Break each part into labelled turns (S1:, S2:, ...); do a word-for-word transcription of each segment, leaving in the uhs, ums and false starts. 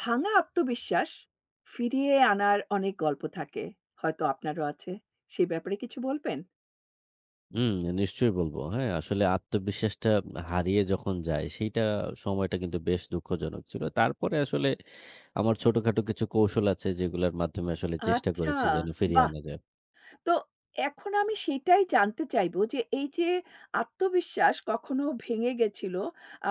S1: ভাঙা আত্মবিশ্বাস ফিরিয়ে আনার অনেক গল্প থাকে। হয়তো আপনারও আছে। সেই ব্যাপারে কিছু বলবেন?
S2: হুম, নিশ্চয়ই বলবো। হ্যাঁ, আসলে আত্মবিশ্বাসটা হারিয়ে যখন যায় সেইটা সময়টা কিন্তু বেশ দুঃখজনক ছিল। তারপরে আসলে আমার ছোটখাটো কিছু কৌশল আছে যেগুলার মাধ্যমে আসলে চেষ্টা
S1: আচ্ছা,
S2: করেছি যেন ফিরিয়ে
S1: বাহ!
S2: আনা যায়।
S1: তো এখন আমি সেটাই জানতে চাইবো যে এই যে আত্মবিশ্বাস কখনো ভেঙে গেছিল,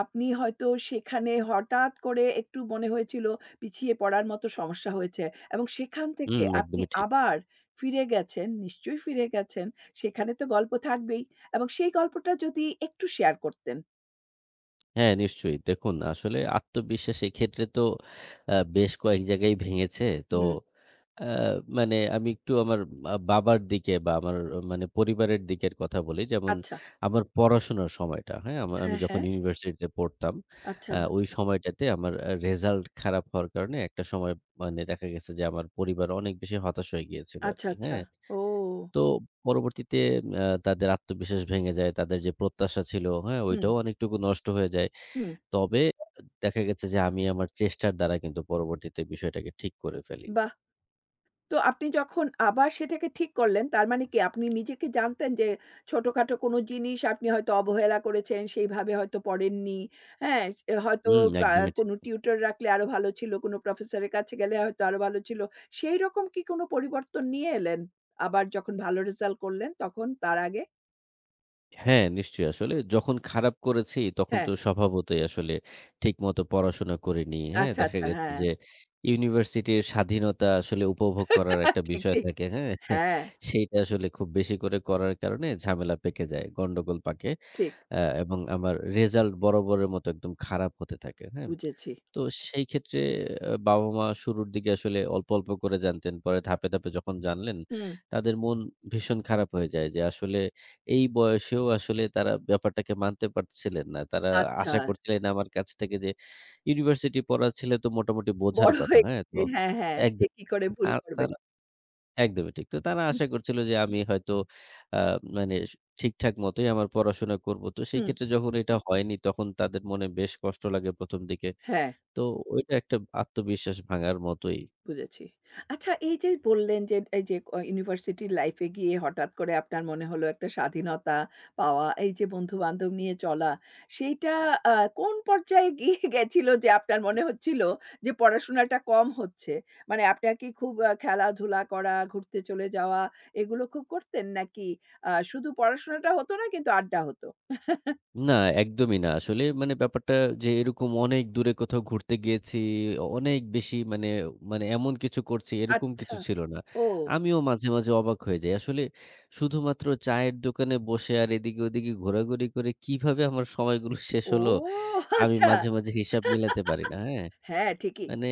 S1: আপনি হয়তো সেখানে হঠাৎ করে একটু মনে হয়েছিল পিছিয়ে পড়ার মতো সমস্যা হয়েছে এবং সেখান থেকে
S2: হুম,
S1: আপনি
S2: একদমই ঠিক।
S1: আবার ফিরে গেছেন, নিশ্চয়ই ফিরে গেছেন। সেখানে তো গল্প থাকবেই এবং সেই গল্পটা যদি একটু শেয়ার করতেন।
S2: হ্যাঁ, নিশ্চয়ই। দেখুন আসলে আত্মবিশ্বাস এক্ষেত্রে তো আ বেশ কয়েক জায়গায় ভেঙেছে। তো
S1: হুম,
S2: আ মানে আমি একটু আমার আ বাবার দিকে বা আমার মানে পরিবারের দিকের কথা বলি। যেমন
S1: আচ্ছা।
S2: আমার পড়াশোনার সময়টা, হ্যাঁ? আমা আমি
S1: হ্যাঁ,
S2: যখন
S1: হ্যাঁ।
S2: ইউনিভার্সিটিতে পড়তাম,
S1: আচ্ছা,
S2: আ ওই সময়টাতে আমার আ রেজাল্ট খারাপ হওয়ার কারণে একটা সময় মানে দেখা গেছে যে আমার পরিবার অনেক বেশি হতাশ হয়ে গিয়েছিল
S1: আচ্ছা,
S2: আরকি,
S1: আচ্ছা।
S2: হ্যাঁ?
S1: ও!
S2: তো পরবর্তীতে আ তাদের আত্মবিশ্বাস ভেঙে যায়। তাদের যে প্রত্যাশা ছিল, হ্যাঁ?
S1: হুম,
S2: ওইটাও অনেকটুকু নষ্ট হয়ে যায়।
S1: হুম।
S2: তবে দেখা গেছে যে আমি আমার চেষ্টার দ্বারা কিন্তু পরবর্তীতে বিষয়টাকে ঠিক করে ফেলি।
S1: বাহ! তো আপনি যখন আবার সেটাকে ঠিক করলেন, তার মানে কি আপনি নিজেকে জানতেন যে ছোটখাটো কোনো জিনিস আপনি হয়তো অবহেলা করেছেন, সেইভাবে হয়তো পড়েননি। হ্যাঁ? এ হয়তো
S2: হুম,
S1: কা
S2: একদমই ঠিক।
S1: কোনো টিউটর রাখলে আরো ভালো ছিল, কোনো প্রফেসরের কাছে গেলে হয়তো আরো ভালো ছিল। সেইরকম কি কোনো পরিবর্তন নিয়ে এলেন? আবার যখন ভালো রেজাল্ট করলেন তখন তার আগে?
S2: হ্যাঁ, নিশ্চয়ই আসলে যখন খারাপ করেছি তখন
S1: হ্যাঁ।
S2: তো স্বভাবতই আসলে ঠিকমতো পড়াশোনা করিনি। হ্যাঁ,
S1: আচ্ছা,
S2: দেখা
S1: আচ্ছা।
S2: গেছে
S1: হ্যাঁ।
S2: যে ইউনিভার্সিটির স্বাধীনতা আসলে উপভোগ করার একটা
S1: ঠিক,
S2: বিষয়
S1: ঠিক।
S2: থাকে। হ্যাঁ?
S1: হ্যাঁ,
S2: সেইটা আসলে খুব বেশি করে করার কারণে ঝামেলা পেকে যায়, গন্ডগোল পাকে।
S1: ঠিক।
S2: আ এবং আমার রেজাল্ট বরাবরের মতো একদম খারাপ হতে থাকে। হ্যাঁ?
S1: বুঝেছি।
S2: তো সেই ক্ষেত্রে আ বাবা-মা শুরুর দিকে আসলে অল্প, অল্প করে জানতেন। পরে ধাপে, ধাপে যখন জানলেন,
S1: হুম,
S2: তাদের মন ভীষণ খারাপ হয়ে যায় যে আসলে এই বয়সেও আসলে তারা ব্যাপারটাকে মানতে পারছিলেন না। তারা
S1: আচ্ছা।
S2: আশা করছিলেন আমার কাছ থেকে যে ইউনিভার্সিটি পড়া ছেলে তো মোটামুটি বোঝার
S1: বড়
S2: কথা,
S1: হয়ে
S2: হ্যাঁ? তো
S1: গেছে। হ্যাঁ, হ্যাঁ। সে
S2: একদম
S1: কি করে ভুল
S2: আর
S1: করবে?
S2: তারা একদমই ঠিক। তো তারা
S1: হু,
S2: আশা করছিল যে আমি হয়তো আ মানে স ঠিকঠাক মতোই আমার পড়াশোনা করব। তো সেই
S1: হুম।
S2: ক্ষেত্রে যখন এটা হয়নি তখন তাদের মনে বেশ কষ্ট লাগে ১ম দিকে।
S1: হ্যাঁ,
S2: তো ওইটা একটা আত্মবিশ্বাস ভাঙার মতোই।
S1: বুঝেছি। আচ্ছা এই যে বললেন যে এই যে ক ইউনিভার্সিটি লাইফ এ গিয়ে হঠাৎ করে আপনার মনে হলো একটা স্বাধীনতা পাওয়া, এই যে বন্ধু-বান্ধব নিয়ে চলা, সেইটা আ কোন পর্যায়ে গিয়ে গেছিল যে আপনার মনে হচ্ছিল যে পড়াশোনাটা কম হচ্ছে? মানে আপনার কি খুব আ খেলাধুলা করা, ঘুরতে চলে যাওয়া এগুলো খুব করতেন? নাকি আ শুধু পড়াশোনাটা হতো না কিন্তু আড্ডা হতো?
S2: না, একদমই না। আসলে মানে ব্যাপারটা যে এরকম অনেক দূরে কোথাও ঘুরতে গিয়েছি, অনেক বেশি মানে মানে এমন কিছু করছি এরকম
S1: আচ্ছা।
S2: কিছু ছিল না।
S1: ও।
S2: আমিও মাঝে, মাঝে অবাক হয়ে যাই। আসলে শুধুমাত্র চায়ের দোকানে বসে আর এদিকে ওদিকে ঘোরাঘুরি করে কিভাবে আমার সময়গুলো শেষ
S1: ও
S2: হলো আমি
S1: আচ্ছা।
S2: মাঝে, মাঝে হিসাব মিলাতে পারি না। হ্যাঁ?
S1: হ্যাঁ, ঠিকই,
S2: মানে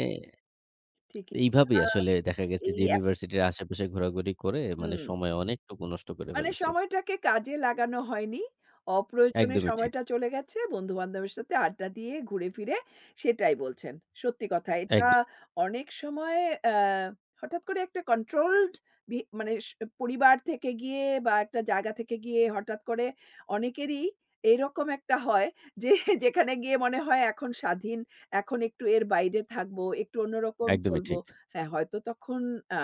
S1: ঠিকই।
S2: এইভাবেই
S1: আ
S2: আসলে দেখা গেছে
S1: এই
S2: যে
S1: এক
S2: ইউনিভার্সিটির আশেপাশে ঘোরাঘুরি করে মানে
S1: হুম।
S2: সময় অনেকটুকু নষ্ট করে
S1: মানে
S2: ফেলেছি।
S1: সময়টাকে কাজে লাগানো হয়নি। অপ্রয়োজনে
S2: একদমই ঠিক।
S1: সময়টা চলে গেছে। বন্ধু-বান্ধবের সাথে আড্ডা দিয়ে ঘুরে ফিরে সেটাই বলছেন। সত্যি কথা।
S2: এক
S1: এটা অনেক সময় অ্যা হঠাৎ করে একটা কন্ট্রোলড বি মানে স পরিবার থেকে গিয়ে বা একটা জায়গা থেকে গিয়ে হঠাৎ করে অনেকেরই এরকম একটা হয় যে যেখানে গিয়ে মনে হয় এখন স্বাধীন, এখন একটু এর বাইরে থাকবো, একটু অন্যরকম
S2: একদমই
S1: চলবো।
S2: ঠিক।
S1: হ্যাঁ, হয়তো তখন আ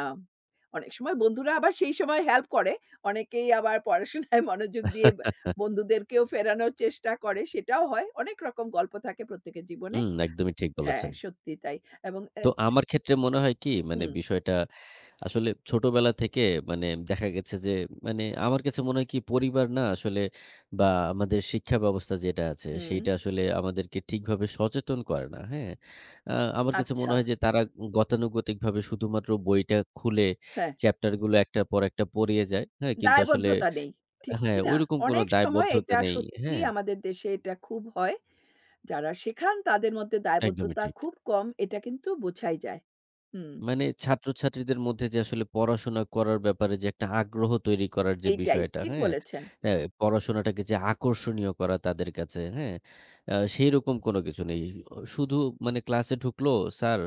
S1: অনেক সময় বন্ধুরা আবার সেই সময় হেল্প করে। অনেকেই আবার পড়াশোনায় মনোযোগ দিয়ে বা বন্ধুদেরকেও ফেরানোর চেষ্টা করে, সেটাও হয়। অনেক রকম গল্প থাকে প্রত্যেকের জীবনে।
S2: হুম, একদমই ঠিক
S1: হ্যাঁ,
S2: বলেছেন।
S1: সত্যিই তাই। এবং অ্যা
S2: তো আমার ক্ষেত্রে মনে হয় কি মানে
S1: হুম,
S2: বিষয়টা আসলে ছোটবেলা থেকে মানে দেখা গেছে যে মানে আমার কাছে মনে হয় কি পরিবার না আসলে বা আমাদের শিক্ষা ব্যবস্থা যেটা আছে
S1: হুম,
S2: সেইটা আসলে আমাদেরকে ঠিকভাবে সচেতন করে না। হ্যাঁ? আ আমার কাছে মনে
S1: আচ্ছা।
S2: হয় যে তারা গতানুগতিকভাবে শুধুমাত্র বইটা খুলে
S1: হ্যাঁ,
S2: চ্যাপ্টার গুলো একটার পর একটা পড়িয়ে যায়। হ্যাঁ? কিন্তু আসলে
S1: দায়বদ্ধতা নেই। ঠিক
S2: হ্যাঁ,
S1: কি না?
S2: ঐরকম কোনো
S1: অনেক সময়
S2: দায়বদ্ধতা
S1: এটা
S2: নেই। হ্যাঁ?
S1: সত্যিই আমাদের দেশে এটা খুব হয়। যারা শেখান তাদের মধ্যে
S2: একদমই
S1: দায়বদ্ধতা
S2: ঠিক।
S1: খুব কম, এটা কিন্তু বোঝাই যায়। হুম,
S2: মানে ছাত্রছাত্রীদের মধ্যে যে আসলে পড়াশোনা করার ব্যাপারে যে একটা আগ্রহ তৈরি করার যে
S1: এইটাই।
S2: বিষয়টা,
S1: ঠিক
S2: হ্যাঁ?
S1: বলেছেন।
S2: অ্যা পড়াশোনাটাকে যে আকর্ষণীয় করা তাদের কাছে, হ্যাঁ? আ সেইরকম কোনো কিছু নেই। শুধু মানে ক্লাসে ঢুকলো, স্যার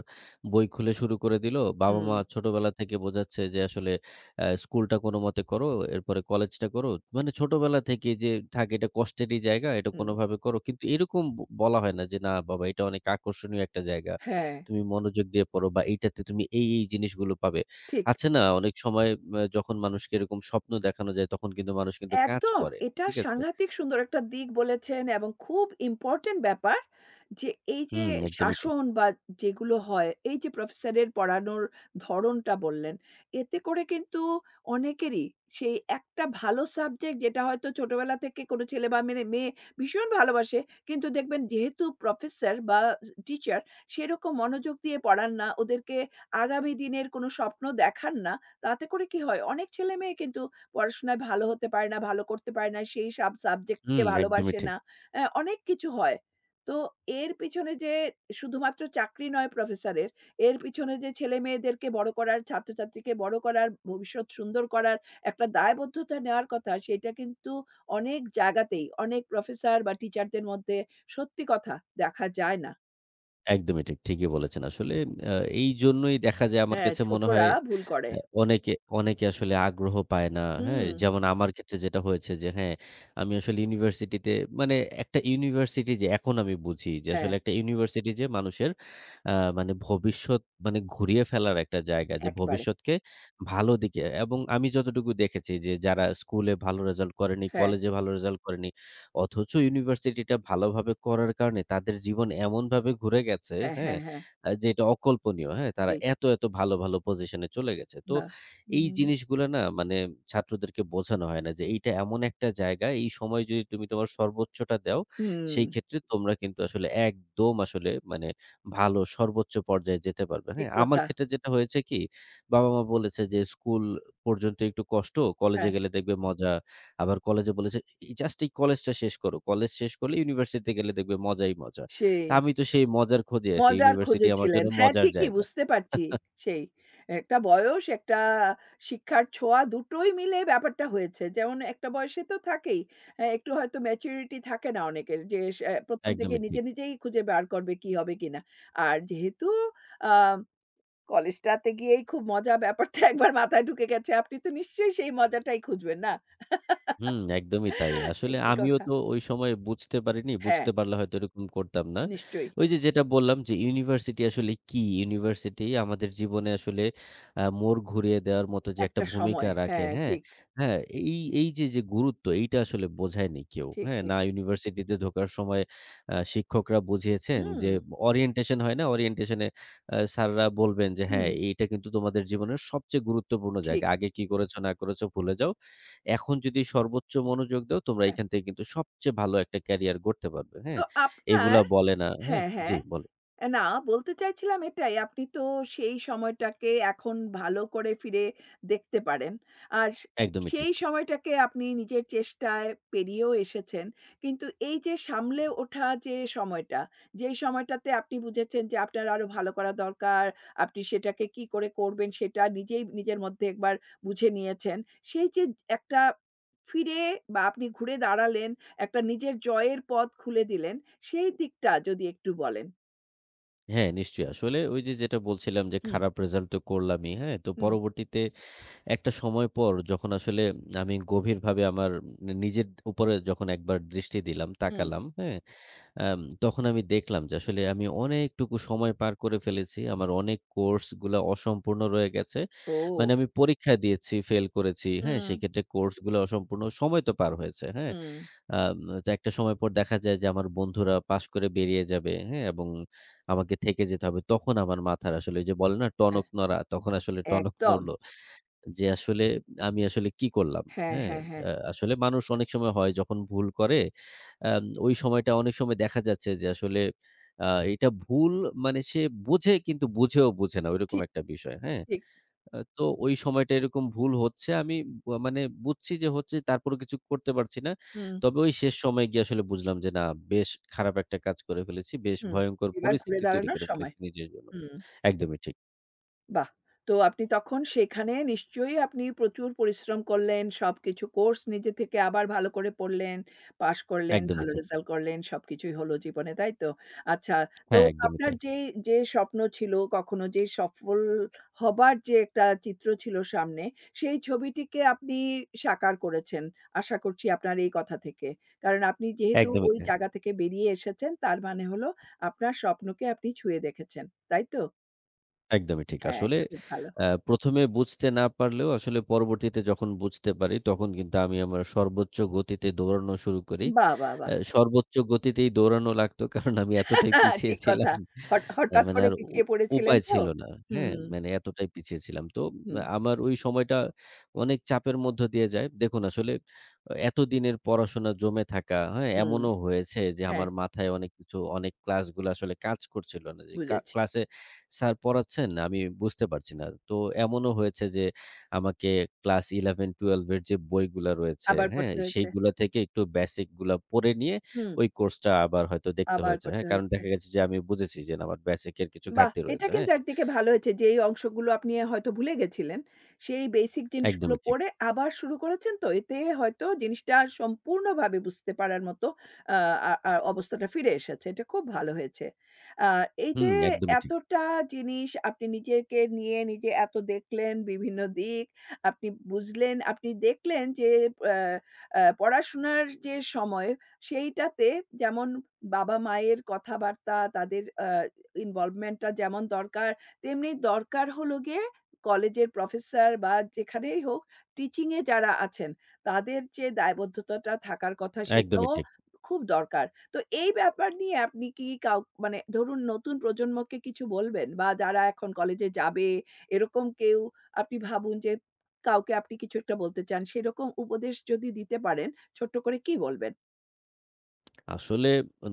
S2: বই খুলে শুরু করে দিল।
S1: হুম,
S2: বাবা-মা ছোটবেলা থেকে বোঝাচ্ছে যে আসলে অ্যা স্কুলটা কোনোমতে করো, এরপরে কলেজটা করো। মানে ছোটবেলা থেকেই যে থাকে এটা কষ্টেরই জায়গা, এটা
S1: হুম।
S2: কোনোভাবে করো। কিন্তু এরকম ব বলা হয় না যে, "না বাবা এটা অনেক আকর্ষণীয় একটা জায়গা।"
S1: হ্যাঁ,
S2: তুমি মনোযোগ দিয়ে পড়ো বা এইটাতে তুমি এই, এই জিনিসগুলো পাবে।
S1: ঠিক।
S2: আছে না অনেক সময় আ যখন মানুষকে এরকম স্বপ্ন দেখানো যায় তখন কিন্তু মানুষ কিন্তু কাজ
S1: একদম।
S2: করে।
S1: এটা
S2: ঠিক আছে?
S1: সাংঘাতিক সুন্দর একটা দিক বলেছেন এবং খুব ইম্পোর্টেন্ট ব্যাপার যে এই যে
S2: হুম, একদমই ঠিক।
S1: শাসন বা যেগুলো হয়, এই যে প্রফেসরের পড়ানোর ধরনটা বললেন, এতে করে কিন্তু অনেকেরই সেই একটা ভালো সাবজেক্ট যেটা হয়তো ছোটবেলা থেকে কোনো ছেলে বা মেনে মেয়ে ভীষণ ভালোবাসে। কিন্তু দেখবেন যেহেতু প্রফেসর বা টিচার সেরকম মনোযোগ দিয়ে পড়ান না, ওদেরকে আগামী দিনের কোনো স্বপ্ন দেখান না। তাতে করে কি হয়? অনেক ছেলেমেয়ে কিন্তু পড়াশোনায় ভালো হতে পারে না, ভালো করতে পারে না, সেই সাব সাবজেক্টকে
S2: হুম, একদমই
S1: ভালোবাসে
S2: ঠিক।
S1: না। অ্যা অনেক কিছু হয়। তো এর পিছনে যে শুধুমাত্র চাকরি নয় প্রফেসরের, এর পিছনে যে ছেলেমেয়েদেরকে বড় করার, ছাত্রছাত্রীকে বড় করার, ভবিষ্যৎ সুন্দর করার একটা দায়বদ্ধতা নেওয়ার কথা, সেটা কিন্তু অনেক জায়গাতেই অনেক প্রফেসর বা টিচারদের মধ্যে সত্যি কথা দেখা যায় না।
S2: একদমই ঠিক। ঠিকই বলেছেন। আসলে আ এইজন্যই দেখা যায় আমার
S1: হ্যাঁ,
S2: কাছে মনে হয়
S1: ছোটরা ভুল করে।
S2: অ্যা অনেকে অনেকে আসলে আগ্রহ পায় না। হ্যাঁ?
S1: হুম,
S2: যেমন আমার ক্ষেত্রে যেটা হয়েছে যে হ্যাঁ, আমি আসলে ইউনিভার্সিটিতে মানে একটা ইউনিভার্সিটি যে এখন আমি বুঝি যে
S1: হ্যাঁ,
S2: আসলে একটা ইউনিভার্সিটি যে মানুষের আ মানে ভবিষ্যৎ মানে ঘুরিয়ে ফেলার একটা জায়গা। যে
S1: একেবারে।
S2: ভবিষ্যৎকে ভালো দিকে এবং আমি যতটুকু দেখেছি যে যারা স্কুলে ভালো রেজাল্ট করেনি,
S1: হ্যাঁ,
S2: কলেজে ভালো রেজাল্ট করেনি। অথচ ইউনিভার্সিটিটা ভালোভাবে করার কারণে তাদের জীবন এমনভাবে ঘুরে গেছে,
S1: হ্যাঁ,
S2: হ্যাঁ?
S1: হ্যাঁ, হ্যাঁ।
S2: আ যেটা অকল্পনীয়, হ্যাঁ? তারা
S1: সেই
S2: এত, এত ভালো, ভালো পজিশনে চলে গেছে। তো
S1: বাহ!
S2: এই
S1: হুম,
S2: জিনিসগুলা না মানে ছাত্রদেরকে বোঝানো হয় না যে এইটা এমন একটা জায়গা, এই সময় যদি তুমি তোমার সর্বোচ্চটা দাও,
S1: হুম।
S2: সেই ক্ষেত্রে তোমরা কিন্তু আসলে একদম আসলে মানে ভালো সর্বোচ্চ পর্যায়ে যেতে পারবে,
S1: ঠিক
S2: হ্যাঁ? আমার
S1: কথা।
S2: ক্ষেত্রে যেটা হয়েছে কি, বাবা-মা বলেছে যে, "স্কুল পর্যন্ত একটু কষ্ট, কলেজে
S1: হ্যাঁ,
S2: গেলে দেখবে মজা।" আবার কলেজে বলেছে, "জাস্ট এই কলেজটা শেষ করো। কলেজ শেষ করলে ইউনিভার্সিটিতে গেলে দেখবে মজাই মজা।" তা
S1: সেই।
S2: আমি তো সেই মজার খোঁজে আছি।
S1: মজার
S2: ইউনিভার্সিটি
S1: খোঁজে
S2: আমার
S1: ছিলেন।
S2: জন্য
S1: হ্যাঁ,
S2: মজার
S1: ঠিকই
S2: জায়গা।
S1: বুঝতে পারছি। সেই। একটা বয়স, একটা শিক্ষার ছোঁয়া দুটোই মিলে ব্যাপারটা হয়েছে। যেমন একটা বয়সে তো থাকেই। অ্যা একটু হয়তো ম্যাচুরিটি থাকে না অনেকের যে সে প্রথম থেকে
S2: একদমই
S1: নিজে,
S2: ঠিক।
S1: নিজেই খুঁজে বার করবে কি হবে কিনা। আর যেহেতু আ কলেজটাতে গিয়েই খুব মজা ব্যাপারটা একবার মাথায় ঢুকে গেছে। আপনি তো নিশ্চয়ই সেই মজাটাই খুঁজবেন, না?
S2: হুম, একদমই তাই। আসলে
S1: ঠিকই
S2: আমিও
S1: কথা।
S2: তো ওই সময় বুঝতে পারিনি।
S1: হ্যাঁ,
S2: বুঝতে পারলে হয়তো এরকম করতাম না।
S1: নিশ্চয়ই।
S2: ওই যে যেটা বললাম যে ইউনিভার্সিটি আসলে কি? ইউনিভার্সিটি আমাদের জীবনে আসলে আ মোড় ঘুরিয়ে দেওয়ার মতো যে একটা
S1: একটা
S2: ভূমিকা
S1: সময়।
S2: রাখে,
S1: হ্যাঁ,
S2: হ্যাঁ?
S1: ঠিক।
S2: হ্যাঁ, এই এই যে, যে গুরুত্ব এইটা আসলে বোঝায়নি কেউ,
S1: ঠিক,
S2: হ্যাঁ?
S1: ঠিক।
S2: না ইউনিভার্সিটিতে ঢোকার সময় আ শিক্ষকরা বুঝিয়েছেন
S1: হুম,
S2: যে ওরিয়েন্টেশন হয় না? ওরিয়েন্টেশন এ আ স্যাররা বলবেন যে, "হ্যাঁ,
S1: হুম,
S2: এইটা কিন্তু তোমাদের জীবনের সবচেয়ে গুরুত্বপূর্ণ জায়গা।
S1: ঠিক।
S2: আগে কি করেছ না করেছ ভুলে যাও। এখন যদি সর্বোচ্চ মনোযোগ দাও তোমরা
S1: হ্যাঁ।
S2: এখান থেকে কিন্তু সবচেয়ে ভালো একটা ক্যারিয়ার গড়তে পারবে।
S1: তো
S2: হ্যাঁ?
S1: আপনার
S2: এগুলা বলে না হ্যাঁ?
S1: হ্যাঁ,
S2: জি,
S1: হ্যাঁ।
S2: বলে।
S1: অ্যা না বলতে চাইছিলাম এটাই, আপনি তো সেই সময়টাকে এখন ভালো করে ফিরে দেখতে পারেন। আর সে
S2: একদমই ঠিক।
S1: সেই সময়টাকে আপনি নিজের চেষ্টায় পেরিয়েও এসেছেন। কিন্তু এই যে সামলে ওঠা যে সময়টা, যেই সময়টাতে আপনি বুঝেছেন যে আপনার আরো ভালো করা দরকার, আপনি সেটাকে কি করে করবেন সেটা নিজেই নিজের মধ্যে একবার বুঝে নিয়েছেন। সেই যে একটা ফিরে বা আপনি ঘুরে দাঁড়ালেন, একটা নিজের জয়ের পথ খুলে দিলেন, সেই দিকটা যদি একটু বলেন?
S2: হ্যাঁ, নিশ্চয়ই। আসলে ওই যে যেটা বলছিলাম যে
S1: হুম।
S2: খারাপ রেজাল্ট তো করলামই। হ্যাঁ? তো
S1: হুম,
S2: পরবর্তীতে একটা সময় পর যখন আসলে আমি গভীরভাবে আমার নিজের উপরে যখন একবার দৃষ্টি দিলাম,
S1: হুম।
S2: তাকালাম, হ্যাঁ? আম তখন আমি দেখলাম যে আসলে আমি অনেকটুকু সময় পার করে ফেলেছি। আমার অনেক কোর্সগুলা অসম্পূর্ণ রয়ে গেছে। মানে
S1: ও!
S2: আমি পরীক্ষা দিয়েছি, ফেল করেছি। হ্যাঁ?
S1: হুম,
S2: সেক্ষেত্রে কোর্সগুলো অসম্পূর্ণ। সময় তো পার হয়েছে। হ্যাঁ?
S1: হুম।
S2: আম তো একটা সময় পর দেখা যায় যে আমার বন্ধুরা পাস করে বেরিয়ে যাবে। হ্যাঁ? এবং আমাকে থেকে যেতে হবে। তখন আমার মাথার আসলে ওই যে বলে না
S1: হ্যাঁ,
S2: টনক নড়া, তখন আসলে টনক
S1: একদম।
S2: নড়ল। যে আসলে আমি আসলে কি করলাম?
S1: হ্যাঁ,
S2: হ্যাঁ?
S1: হ্যাঁ, হ্যাঁ।
S2: আ আসলে মানুষ অনেক সময় হয় যখন ভুল করে আম ওই সময়টা অনেক সময় দেখা যাচ্ছে যে আসলে আ এটা ভুল মানে সে বোঝে কিন্তু বুঝেও বোঝে না ওইরকম
S1: ঠিক,
S2: একটা বিষয়। হ্যাঁ?
S1: ঠিক।
S2: আ তো ওই সময়টা এরকম ভুল হচ্ছে আমি ব মানে বুঝছি যে হচ্ছে তারপরেও কিছু করতে পারছি না।
S1: হুম,
S2: তবে ওই শেষ সময়ে গিয়ে আসলে বুঝলাম যে না বেশ খারাপ একটা কাজ করে ফেলেছি। বেশ
S1: হুম।
S2: ভয়ংকর
S1: এবার ঘুরে
S2: পরিস্থিতি তৈরি
S1: দাঁড়ানোর
S2: করে
S1: সময়।
S2: ফেলেছি নিজের জন্য।
S1: হুম।
S2: একদমই ঠিক,
S1: বাহ! তো আপনি তখন সেখানে নিশ্চয়ই আপনি প্রচুর পরিশ্রম করলেন। সবকিছু কোর্স নিজে থেকে আবার ভালো করে পড়লেন, পাস করলেন,
S2: একদমই
S1: ভালো
S2: ঠিক।
S1: রেজাল্ট করলেন। সবকিছুই হলো জীবনে, তাই তো? আচ্ছা, তো
S2: হ্যাঁ, একদমই
S1: আপনার
S2: তাই।
S1: যেই যে স্বপ্ন ছিল, কখনো যে সফল হবার যে একটা চিত্র ছিল সামনে, সেই ছবিটিকে আপনি সাকার করেছেন। আশা করছি আপনার এই কথা থেকে। কারণ আপনি যেহেতু
S2: একদমই
S1: ওই
S2: তাই।
S1: জায়গা থেকে বেরিয়ে এসেছেন, তার মানে হলো আপনার স্বপ্নকে আপনি ছুঁয়ে দেখেছেন। তাই তো?
S2: একদমই ঠিক।
S1: হ্যাঁ,
S2: আসলে
S1: খুব ভালো।
S2: আ ১ম এ বুঝতে না পারলেও আসলে পরবর্তীতে যখন বুঝতে পারি, তখন কিন্তু আমি আমার সর্বোচ্চ গতিতে দৌড়ানো শুরু করি।
S1: বাহ! বাহ!
S2: অ্যা
S1: বাহ!
S2: সর্বোচ্চ গতিতেই দৌড়ানো লাগতো কারণ আমি এতটাই পিছিয়ে
S1: ঠিক
S2: ছিলাম।
S1: কথা। হঠ
S2: আ
S1: হঠাৎ
S2: মানে
S1: করে
S2: আর উ
S1: পিছিয়ে পড়েছিলেন
S2: উপায়
S1: তো?
S2: ছিল না। হ্যাঁ?
S1: হুম,
S2: মানে এতটাই পিছিয়ে ছিলাম। তো
S1: হুম,
S2: আমার ওই সময়টা অনেক চাপের মধ্য দিয়ে যায়। দেখুন আসলে আ এতদিনের পড়াশোনা জমে থাকা, হ্যাঁ?
S1: হুম।
S2: এমনও হয়েছে যে
S1: হ্যাঁ,
S2: আমার মাথায় অনেক কিছু অনেক ক্লাসগুলো আসলে কাজ করছিল না। যে কা
S1: বুঝেছি।
S2: ক্লাসে স্যার পড়াচ্ছেন, আমি বুঝতে পারছি না। তো এমনও হয়েছে যে আমাকে ক্লাস এগারো বারো এর যে বইগুলা রয়েছে,
S1: আবার
S2: হ্যাঁ?
S1: পড়তে হয়েছে।
S2: সেইগুলা থেকে একটু বেসিক গুলা পড়ে নিয়ে
S1: হুম,
S2: ওই কোর্সটা আবার হয়তো দেখতে
S1: আবার
S2: হয়েছে, হ্যাঁ?
S1: করতে
S2: কারণ
S1: হয়েছে।
S2: দেখা গেছে যে আমি বুঝেছি যে না আমার বেসিক এর কিছু
S1: বাহ!
S2: ঘাটতি
S1: এটা
S2: রয়েছে, হ্যাঁ?
S1: কিন্তু একদিকে ভালো হয়েছে যে, এই অংশগুলো আপনি হয়তো ভুলে গেছিলেন। সেই বেসিক জিনিসগুলো
S2: একদমই ঠিক।
S1: পড়ে আবার শুরু করেছেন তো, এতে হয়তো জিনিসটা সম্পূর্ণভাবে বুঝতে পারার মতো আ আ আ অবস্থাটা ফিরে এসেছে। এটা খুব ভালো হয়েছে। আ এই
S2: হুম,
S1: যে
S2: একদমই ঠিক,
S1: এতটা জিনিস আপনি নিজেকে নিয়ে নিজে এত দেখলেন, বিভিন্ন দিক আপনি বুঝলেন, আপনি দেখলেন যে আ আ পড়াশোনার যে সময় সেইটাতে যেমন বাবা-মায়ের কথাবার্তা, তাদের আ ইনভলভমেন্ট টা যেমন দরকার, তেমনি দরকার হলো গিয়ে কলেজের প্রফেসর বা যেখানেই হোক টিচিং এ যারা আছেন, তাদের যে দায়বদ্ধতাটা থাকার কথা
S2: একদমই
S1: সেটাও
S2: ঠিক।
S1: খুব দরকার। তো এই ব্যাপার নিয়ে আপনি কি কাউ মানে ধরুন নতুন প্রজন্মকে কিছু বলবেন? বা যারা এখন কলেজে যাবে এরকম কেউ আপনি ভাবুন যে কাউকে আপনি কিছু একটা বলতে চান, সেরকম উপদেশ যদি দিতে পারেন, ছোট্ট করে কি বলবেন?
S2: আসলে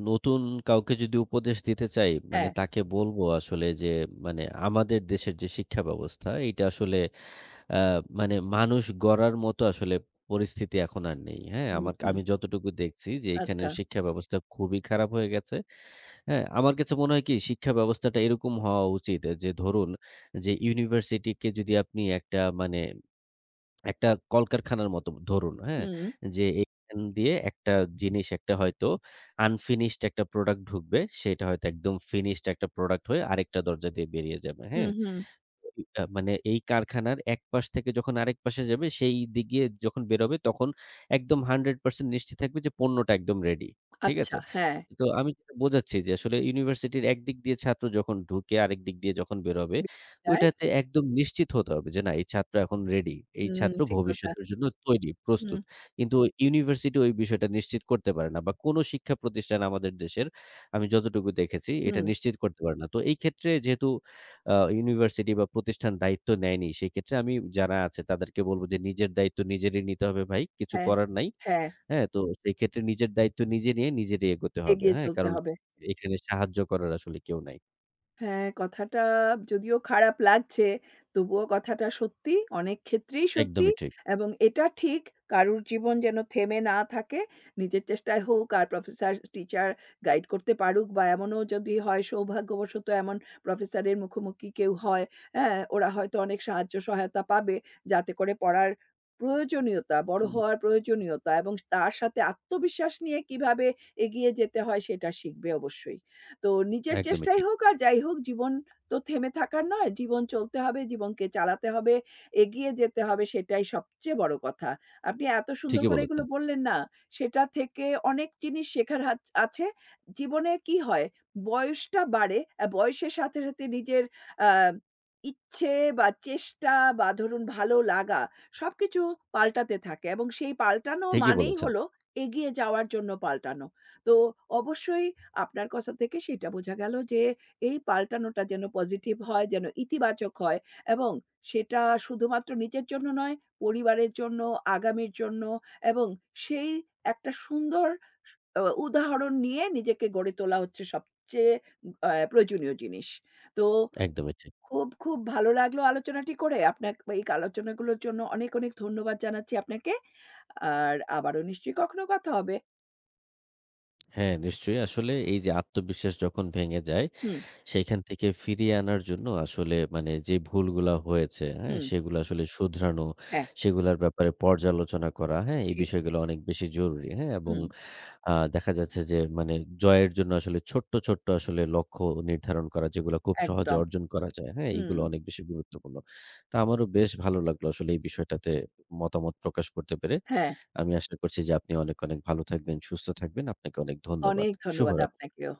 S2: নতুন কাউকে যদি উপদেশ দিতে চাই, মানে
S1: হ্যাঁ।
S2: তাকে বলবো আসলে যে মানে আমাদের দেশের যে শিক্ষা ব্যবস্থা, এইটা আসলে আ মানে মানুষ গড়ার মতো আসলে পরিস্থিতি এখন আর নেই। হ্যাঁ?
S1: হুম,
S2: আমার
S1: হুম।
S2: আমি যতটুকু দেখছি যে
S1: আচ্ছা।
S2: এখানের শিক্ষা ব্যবস্থা খুবই খারাপ হয়ে গেছে। হ্যাঁ? আমার কাছে মনে হয় কি শিক্ষা ব্যবস্থাটা এরকম হওয়া উচিত যে ধরুন যে ইউনিভার্সিটিকে যদি আপনি একটা মানে একটা কলকারখানার মতো ধরুন, হ্যাঁ?
S1: হুম,
S2: যে এখান দিয়ে একটা জিনিস একটা হয়তো আনফিনিশড একটা প্রোডাক্ট ঢুকবে। সেটা হয়তো একদম ফিনিশড একটা প্রোডাক্ট হয়ে আরেকটা দরজা দিয়ে বেরিয়ে যাবে।
S1: হুম,
S2: হ্যাঁ?
S1: হুম।
S2: আ মানে এই কারখানার এক পাশ থেকে যখন আরেক পাশে যাবে, সেই দিকে যখন বেরোবে তখন একদম একশ পারসেন্ট নিশ্চিত থাকবে যে পণ্যটা একদম রেডি। ঠিক
S1: আচ্ছা,
S2: আছে?
S1: হ্যাঁ।
S2: তো আমি যেটা বোঝাচ্ছি যে আসলে ইউনিভার্সিটির একদিক দিয়ে ছাত্র যখন ঢুকে আরেক দিক দিয়ে যখন বেরোবে,
S1: বিপদ যায়।
S2: ওইটাতে একদম নিশ্চিত হতে হবে যে না এই ছাত্র এখন রেডি। এই
S1: হুম,
S2: ছাত্র
S1: ঠিক কথা।
S2: ভবিষ্যতের জন্য তৈরি, প্রস্তুত।
S1: হুম,
S2: কিন্তু ইউনিভার্সিটি ওই বিষয়টা নিশ্চিত করতে পারে না বা কোনো শিক্ষা প্রতিষ্ঠান আমাদের দেশের আমি যতটুকু দেখেছি এটা
S1: হুম।
S2: নিশ্চিত করতে পারে না। তো এই ক্ষেত্রে যেহেতু আ ইউনিভার্সিটি বা প্রতিষ্ঠান দায়িত্ব নেয়নি। সেক্ষেত্রে আমি যারা আছে তাদেরকে বলব যে নিজের দায়িত্ব নিজেরই নিতে হবে ভাই। কিছু
S1: হ্যাঁ,
S2: করার নাই।
S1: হ্যাঁ,
S2: হ্যাঁ? তো সেক্ষেত্রে নিজের দায়িত্ব নিজে নিয়ে নিজেরই এগোতে হবে।
S1: এগিয়ে
S2: হ্যাঁ?
S1: চলতে
S2: কারণ
S1: হবে।
S2: এখানে সাহায্য করার আসলে কেউ নাই।
S1: হ্যাঁ, কথাটা যদিও খারাপ লাগছে, তবুও কথাটা সত্যি, অনেক ক্ষেত্রেই সত্যি
S2: একদমই ঠিক।
S1: এবং এটা ঠিক কারুর জীবন যেন থেমে না থাকে। নিজের চেষ্টায় হোক আর প্রফেসর, টিচার গাইড করতে পারুক বা এমনও যদি হয় সৌভাগ্যবশত এমন প্রফেসরের মুখোমুখি কেউ হয়, হ্যাঁ? ওরা হয়তো অনেক সাহায্য সহায়তা পাবে যাতে করে পড়ার প্রয়োজনীয়তা, বড়
S2: উম
S1: হওয়ার প্রয়োজনীয়তা এবং তার সাথে আত্মবিশ্বাস নিয়ে কিভাবে এগিয়ে যেতে হয় সেটা শিখবে অবশ্যই। তো নিজের
S2: একদমই
S1: চেষ্টাই
S2: ঠিক।
S1: হোক আর যাই হোক জীবন তো থেমে থাকার নয়। জীবন চলতে হবে, জীবনকে চালাতে হবে, এগিয়ে যেতে হবে সেটাই সবচেয়ে বড় কথা। আপনি এত সুন্দর
S2: ঠিকই
S1: করে
S2: বলেছেন।
S1: এগুলো বললেন না, সেটা থেকে অনেক জিনিস শেখার হাচ আছে। জীবনে কি হয়, বয়সটা বাড়ে, আ বয়সের সাথে, সাথে নিজের আ ইচ্ছে বা চেষ্টা বা ধরুন ভালো লাগা সবকিছু পাল্টাতে থাকে এবং সেই পাল্টানো
S2: ঠিকই
S1: মানেই
S2: বলেছেন।
S1: হলো এগিয়ে যাওয়ার জন্য পাল্টানো। তো অবশ্যই আপনার কথা থেকে সেটা বোঝা গেল যে এই পাল্টানোটা যেন পজিটিভ হয়, যেন ইতিবাচক হয় এবং সেটা শুধুমাত্র নিজের জন্য নয়, পরিবারের জন্য, আগামীর জন্য এবং সেই একটা সুন্দর স অ উদাহরণ নিয়ে নিজেকে গড়ে তোলা হচ্ছে সবচেয়ে অ্যা প্রয়োজনীয় জিনিস। তো
S2: একদমই ঠিক।
S1: খুব, খুব ভালো লাগলো আলোচনাটি করে। আপনার এই আলোচনাগুলোর জন্য অনেক, অনেক ধন্যবাদ জানাচ্ছি আপনাকে। আর আবারও নিশ্চয়ই কখনো কথা হবে।
S2: হ্যাঁ, নিশ্চয়ই। আসলে এই যে আত্মবিশ্বাস যখন ভেঙে যায়
S1: হুম,
S2: সেইখান থেকে ফিরিয়ে আনার জন্য আসলে মানে যে ভুলগুলা হয়েছে, হ্যাঁ?
S1: হুম।
S2: সেগুলো আসলে শুধরানো,
S1: হ্যাঁ,
S2: সেগুলার ব্যাপারে পর্যালোচনা করা, হ্যাঁ? এই
S1: ঠিক।
S2: বিষয়গুলো অনেক বেশি জরুরি, হ্যাঁ? এবং
S1: হুম,
S2: আ দেখা যাচ্ছে যে মানে জয়ের জন্য আসলে ছোট্ট, ছোট্ট আসলে লক্ষ্য নির্ধারণ করা যেগুলো খুব সহজে
S1: একদম।
S2: অর্জন করা যায়, হ্যাঁ?
S1: হুম,
S2: এগুলো অনেক বেশি গুরুত্বপূর্ণ। তো আমারও বেশ ভালো লাগলো আসলে এই বিষয়টাতে মতামত প্রকাশ করতে পেরে।
S1: হ্যাঁ,
S2: আমি আশা করছি যে আপনি অনেক, অনেক ভালো থাকবেন, সুস্থ থাকবেন। আপনাকে অনেক ধন্যবাদ।
S1: অনেক ধন্যবাদ
S2: শুভরাত্রি।
S1: আপনাকেও।